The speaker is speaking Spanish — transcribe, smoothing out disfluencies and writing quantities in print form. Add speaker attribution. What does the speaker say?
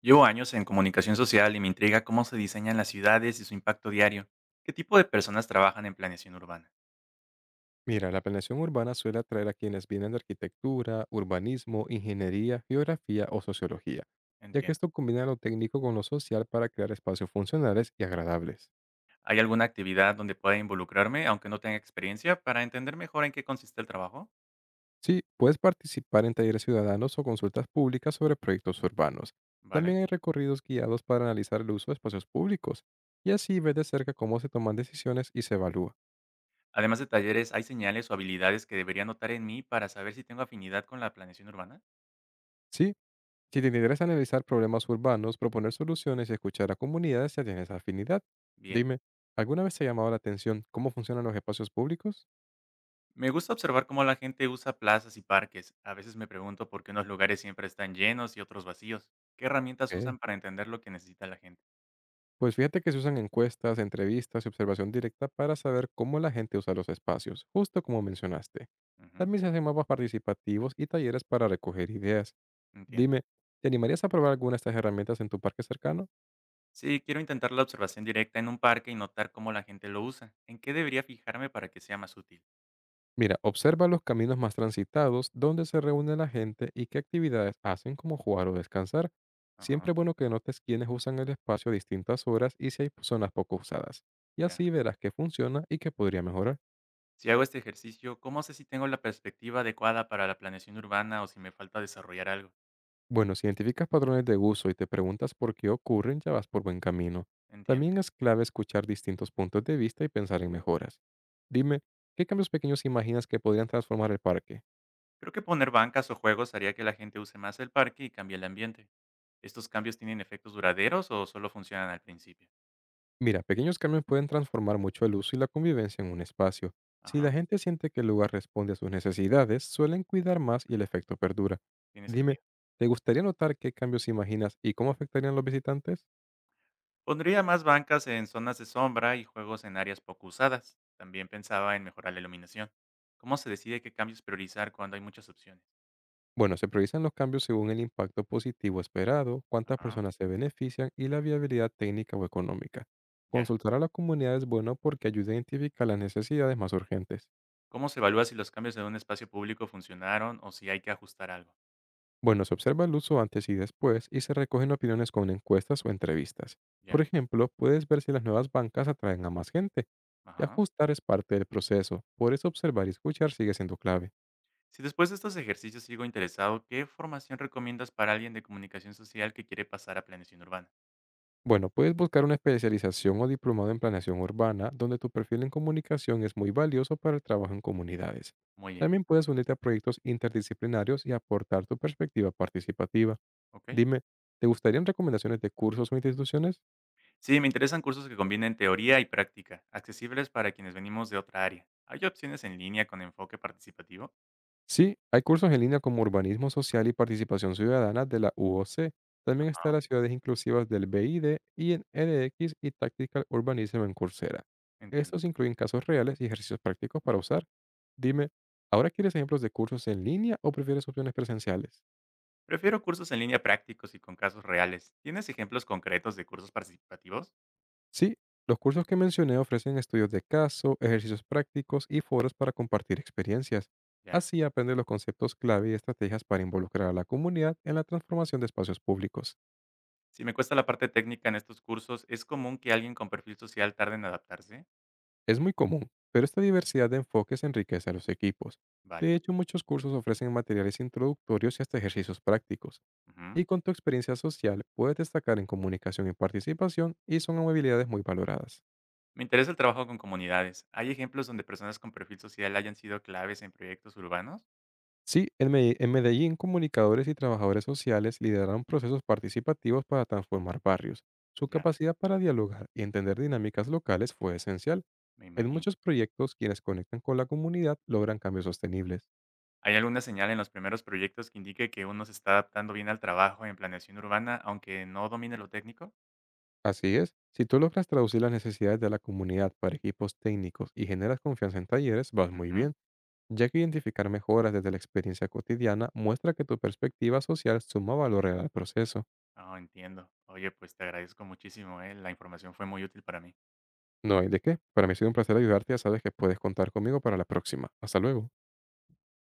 Speaker 1: Llevo años en comunicación social y me intriga cómo se diseñan las ciudades y su impacto diario. ¿Qué tipo de personas trabajan en planeación urbana?
Speaker 2: Mira, la planeación urbana suele atraer a quienes vienen de arquitectura, urbanismo, ingeniería, geografía o sociología, ya que
Speaker 1: Entiendo.
Speaker 2: esto combina lo técnico con lo social para crear espacios funcionales y agradables.
Speaker 1: ¿Hay alguna actividad donde pueda involucrarme, aunque no tenga experiencia, para entender mejor en qué consiste el trabajo?
Speaker 2: Sí, puedes participar en talleres ciudadanos o consultas públicas sobre proyectos urbanos.
Speaker 1: Vale.
Speaker 2: También hay recorridos guiados para analizar el uso de espacios públicos, y así ves de cerca cómo se toman decisiones y se evalúa.
Speaker 1: Además de talleres, ¿hay señales o habilidades que debería notar en mí para saber si tengo afinidad con la planeación urbana?
Speaker 2: Sí, si te interesa analizar problemas urbanos, proponer soluciones y escuchar a comunidades, ya tienes afinidad.
Speaker 1: Bien.
Speaker 2: Dime, ¿alguna vez te ha llamado la atención cómo funcionan los espacios públicos?
Speaker 1: Me gusta observar cómo la gente usa plazas y parques. A veces me pregunto por qué unos lugares siempre están llenos y otros vacíos. ¿Qué herramientas
Speaker 2: Ok,
Speaker 1: usan para entender lo que necesita la gente?
Speaker 2: pues fíjate que se usan encuestas, entrevistas y observación directa para saber cómo la gente usa los espacios, justo como mencionaste.
Speaker 1: Ujú,
Speaker 2: También se hacen mapas participativos y talleres para recoger ideas.
Speaker 1: entiendo.
Speaker 2: Dime, ¿te animarías a probar alguna de estas herramientas en tu parque cercano?
Speaker 1: Sí, quiero intentar la observación directa en un parque y notar cómo la gente lo usa. ¿En qué debería fijarme para que sea más útil?
Speaker 2: Mira, observa los caminos más transitados, dónde se reúne la gente y qué actividades hacen como jugar o descansar. Siempre
Speaker 1: Ajá,
Speaker 2: es bueno que notes quiénes usan el espacio a distintas horas y si hay zonas poco usadas. Y
Speaker 1: ya.
Speaker 2: así verás qué funciona y qué podría mejorar.
Speaker 1: Si hago este ejercicio, ¿cómo sé si tengo la perspectiva adecuada para la planeación urbana o si me falta desarrollar algo?
Speaker 2: Bueno, si identificas patrones de uso y te preguntas por qué ocurren, ya vas por buen camino.
Speaker 1: Entiendo.
Speaker 2: También es clave escuchar distintos puntos de vista y pensar en mejoras. Dime, ¿qué cambios pequeños imaginas que podrían transformar el parque?
Speaker 1: Creo que poner bancas o juegos haría que la gente use más el parque y cambie el ambiente. ¿Estos cambios tienen efectos duraderos o solo funcionan al principio?
Speaker 2: Mira, pequeños cambios pueden transformar mucho el uso y la convivencia en un espacio. Si la
Speaker 1: Ajá,
Speaker 2: gente siente que el lugar responde a sus necesidades, suelen cuidar más y el efecto perdura.
Speaker 1: tiene
Speaker 2: Dime,
Speaker 1: sentido.
Speaker 2: ¿te gustaría notar qué cambios imaginas y cómo afectarían a los visitantes?
Speaker 1: Pondría más bancas en zonas de sombra y juegos en áreas poco usadas. También pensaba en mejorar la iluminación. ¿Cómo se decide qué cambios priorizar cuando hay muchas opciones?
Speaker 2: Bueno, se priorizan los cambios según el impacto positivo esperado, cuántas
Speaker 1: Ajá,
Speaker 2: personas se benefician y la viabilidad técnica o económica.
Speaker 1: ya.
Speaker 2: Consultar a la comunidad es bueno porque ayuda a identificar las necesidades más urgentes.
Speaker 1: ¿Cómo se evalúa si los cambios en un espacio público funcionaron o si hay que ajustar algo?
Speaker 2: Bueno, se observa el uso antes y después y se recogen opiniones con encuestas o entrevistas. Por
Speaker 1: Ya.
Speaker 2: ejemplo, puedes ver si las nuevas bancas atraen a más gente y
Speaker 1: Ajá.
Speaker 2: ajustar es parte del proceso. Por eso observar y escuchar sigue siendo clave.
Speaker 1: Si después de estos ejercicios sigo interesado, ¿qué formación recomiendas para alguien de comunicación social que quiere pasar a planeación urbana?
Speaker 2: Bueno, puedes buscar una especialización o diplomado en planeación urbana donde tu perfil en comunicación es muy valioso para el trabajo en comunidades.
Speaker 1: Muy bien.
Speaker 2: También puedes unirte a proyectos interdisciplinarios y aportar tu perspectiva participativa.
Speaker 1: ¿Ok?
Speaker 2: Dime, ¿te gustarían recomendaciones de cursos o instituciones?
Speaker 1: Sí, me interesan cursos que combinen teoría y práctica, accesibles para quienes venimos de otra área. ¿Hay opciones en línea con enfoque participativo?
Speaker 2: Sí, hay cursos en línea como Urbanismo Social y Participación Ciudadana de la UOC. También está
Speaker 1: Ajá,
Speaker 2: las ciudades inclusivas del BID y en LX y Tactical Urbanism en Coursera.
Speaker 1: entiendo.
Speaker 2: Estos incluyen casos reales y ejercicios prácticos para usar. Dime, ¿ahora quieres ejemplos de cursos en línea o prefieres opciones presenciales?
Speaker 1: Prefiero cursos en línea prácticos y con casos reales. ¿Tienes ejemplos concretos de cursos participativos?
Speaker 2: Sí, los cursos que mencioné ofrecen estudios de caso, ejercicios prácticos y foros para compartir experiencias.
Speaker 1: Ya.
Speaker 2: Así aprendes los conceptos clave y estrategias para involucrar a la comunidad en la transformación de espacios públicos.
Speaker 1: Si me cuesta la parte técnica en estos cursos, ¿es común que alguien con perfil social tarde en adaptarse?
Speaker 2: Es muy común, pero esta diversidad de enfoques enriquece a los equipos. De
Speaker 1: Vale.
Speaker 2: hecho, muchos cursos ofrecen materiales introductorios y hasta ejercicios prácticos,
Speaker 1: Ujú.
Speaker 2: y con tu experiencia social puedes destacar en comunicación y participación y son habilidades muy valoradas.
Speaker 1: Me interesa el trabajo con comunidades. ¿Hay ejemplos donde personas con perfil social hayan sido claves en proyectos urbanos?
Speaker 2: Sí, en en Medellín, comunicadores y trabajadores sociales lideraron procesos participativos para transformar barrios. Su
Speaker 1: Ya,
Speaker 2: capacidad para dialogar y entender dinámicas locales fue esencial.
Speaker 1: me
Speaker 2: En
Speaker 1: imagino.
Speaker 2: muchos proyectos, quienes conectan con la comunidad logran cambios sostenibles.
Speaker 1: ¿Hay alguna señal en los primeros proyectos que indique que uno se está adaptando bien al trabajo en planeación urbana, aunque no domine lo técnico?
Speaker 2: Así es, si tú logras traducir las necesidades de la comunidad para equipos técnicos y generas confianza en talleres, vas muy
Speaker 1: Ujú.
Speaker 2: bien, ya que identificar mejoras desde la experiencia cotidiana muestra que tu perspectiva social suma valor real al proceso.
Speaker 1: Ah, entiendo. Oye, pues te agradezco muchísimo, ¿eh? La información fue muy útil para mí.
Speaker 2: No hay de qué. Para mí ha sido un placer ayudarte, ya sabes que puedes contar conmigo para la próxima. Hasta luego.